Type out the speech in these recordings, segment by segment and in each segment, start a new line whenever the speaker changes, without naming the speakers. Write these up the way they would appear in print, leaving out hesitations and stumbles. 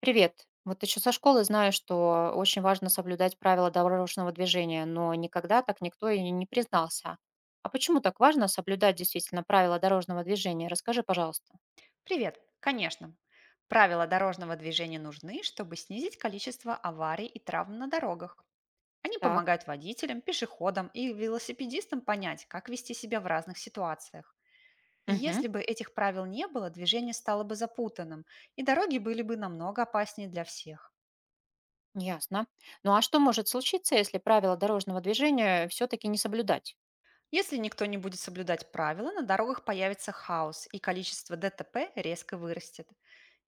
Привет. Вот еще со школы знаю, что очень важно соблюдать правила дорожного движения, но никогда так никто и не признался. А почему так важно соблюдать действительно правила дорожного движения? Расскажи, пожалуйста.
Привет! Конечно. Правила дорожного движения нужны, чтобы снизить количество аварий и травм на дорогах. Они
Так.
помогают водителям, пешеходам и велосипедистам понять, как вести себя в разных ситуациях. И
Угу.
если бы этих правил не было, движение стало бы запутанным, и дороги были бы намного опаснее для всех.
Ясно. Ну а что может случиться, если правила дорожного движения все-таки не соблюдать?
Если никто не будет соблюдать правила, на дорогах появится хаос, и количество ДТП резко вырастет.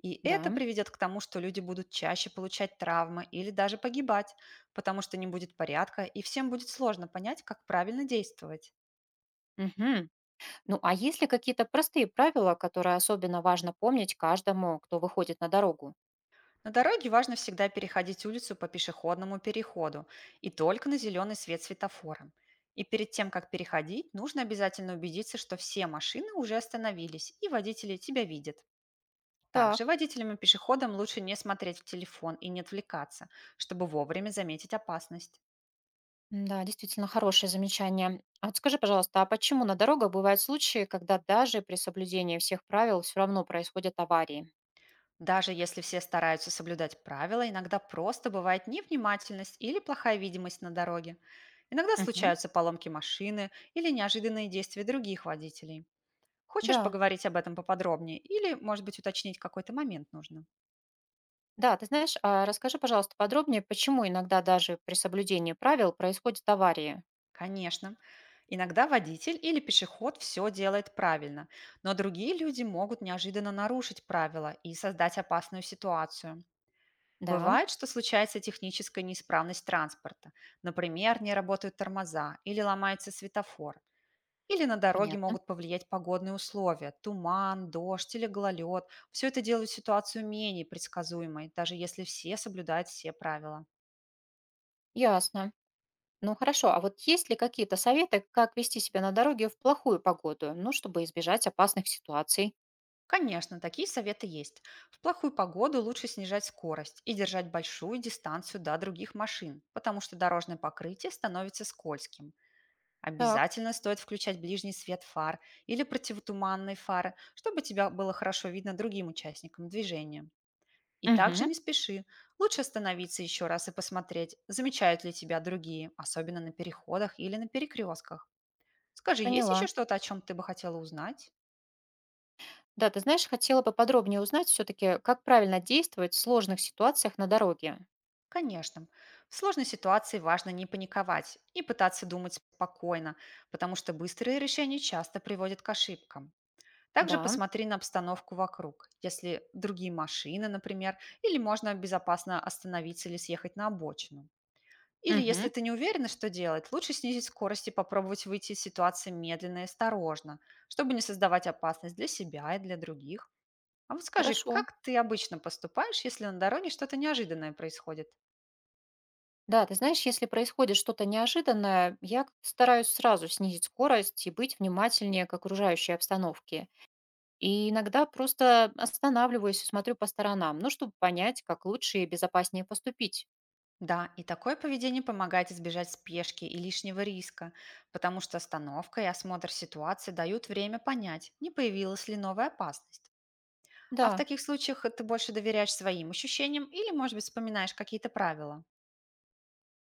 И
Да.
это приведет к тому, что люди будут чаще получать травмы или даже погибать, потому что не будет порядка, и всем будет сложно понять, как правильно действовать.
Угу. Ну а есть ли какие-то простые правила, которые особенно важно помнить каждому, кто выходит на дорогу?
На дороге важно всегда переходить улицу по пешеходному переходу и только на зеленый свет светофора. И перед тем, как переходить, нужно обязательно убедиться, что все машины уже остановились и водители тебя видят. Также
Так.
водителям и пешеходам лучше не смотреть в телефон и не отвлекаться, чтобы вовремя заметить опасность.
Да, действительно хорошее замечание. А вот скажи, пожалуйста, а почему на дорогах бывают случаи, когда даже при соблюдении всех правил все равно происходят аварии?
Даже если все стараются соблюдать правила, иногда просто бывает невнимательность или плохая видимость на дороге. Иногда
Мгм.
случаются поломки машины или неожиданные действия других водителей. Хочешь
Да,
поговорить об этом поподробнее или, может быть, уточнить какой-то момент нужно?
да, ты знаешь, а расскажи, пожалуйста, подробнее, почему иногда даже при соблюдении правил происходят аварии?
Конечно. Иногда водитель или пешеход все делает правильно, но другие люди могут неожиданно нарушить правила и создать опасную ситуацию.
Да,
Бывает, что случается техническая неисправность транспорта. Например, не работают тормоза или ломается светофор. Или на дороге
понятно.
могут повлиять погодные условия– туман, дождь или гололед. Все это делает ситуацию менее предсказуемой, даже если все соблюдают все правила.
Ясно. Ну хорошо, а вот есть ли какие-то советы, как вести себя на дороге в плохую погоду, ну, чтобы избежать опасных ситуаций?
Конечно, такие советы есть. В плохую погоду лучше снижать скорость и держать большую дистанцию до других машин, потому что дорожное покрытие становится скользким.
Так.
Обязательно стоит включать ближний свет фар или противотуманные фары, чтобы тебя было хорошо видно другим участникам движения. И также
Мгм.
не спеши. Лучше остановиться еще раз и посмотреть, замечают ли тебя другие, особенно на переходах или на перекрестках. Скажи, есть еще
Поняла.
что-то, о чем ты бы хотела узнать?
Да, ты знаешь, хотела бы подробнее узнать все-таки, как правильно действовать в сложных ситуациях на дороге.
Конечно. В сложной ситуации важно не паниковать и пытаться думать спокойно, потому что быстрые решения часто приводят к ошибкам. Также
Да,
посмотри на обстановку вокруг, если другие машины, например, или можно безопасно остановиться или съехать на обочину. Или если
мгм,
ты не уверена, что делать, лучше снизить скорость и попробовать выйти из ситуации медленно и осторожно, чтобы не создавать опасность для себя и для других. А вот скажи,
хорошо.
как ты обычно поступаешь, если на дороге что-то неожиданное происходит?
Да, ты знаешь, если происходит что-то неожиданное, я как-то стараюсь сразу снизить скорость и быть внимательнее к окружающей обстановке. И иногда просто останавливаюсь и смотрю по сторонам, ну, чтобы понять, как лучше и безопаснее поступить.
Да, и такое поведение помогает избежать спешки и лишнего риска, потому что остановка и осмотр ситуации дают время понять, не появилась ли новая опасность. А в
Да.
таких случаях ты больше доверяешь своим ощущениям или, может быть, вспоминаешь какие-то правила.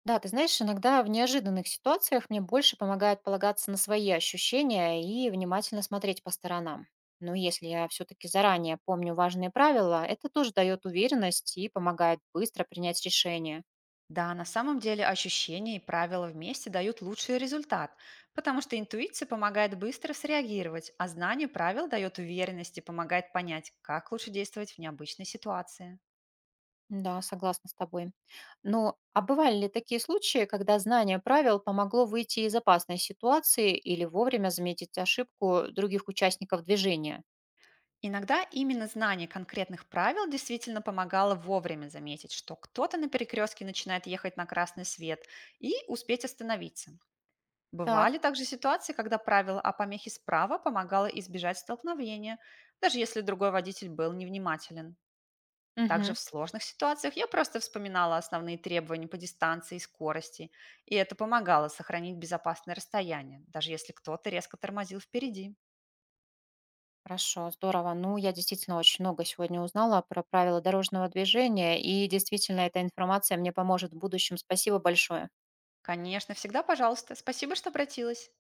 Да, ты знаешь, иногда в неожиданных ситуациях мне больше помогает полагаться на свои ощущения и внимательно смотреть по сторонам. Но если я все-таки заранее помню важные правила, это тоже дает уверенность и помогает быстро принять решение.
Да, на самом деле ощущения и правила вместе дают лучший результат, потому что интуиция помогает быстро среагировать, а знание правил дает уверенность и помогает понять, как лучше действовать в необычной ситуации.
Да, согласна с тобой. Но а бывали ли такие случаи, когда знание правил помогло выйти из опасной ситуации или вовремя заметить ошибку других участников движения?
Иногда именно знание конкретных правил действительно помогало вовремя заметить, что кто-то на перекрестке начинает ехать на красный свет и успеть остановиться.
Так.
Бывали также ситуации, когда правило о помехе справа помогало избежать столкновения, даже если другой водитель был невнимателен. Также в
Мгм.
сложных ситуациях я просто вспоминала основные требования по дистанции и скорости, и это помогало сохранить безопасное расстояние, даже если кто-то резко тормозил впереди.
Хорошо, здорово. Ну, я действительно очень много сегодня узнала про правила дорожного движения, и действительно эта информация мне поможет в будущем. Спасибо большое.
Конечно, всегда пожалуйста. Спасибо, что обратилась.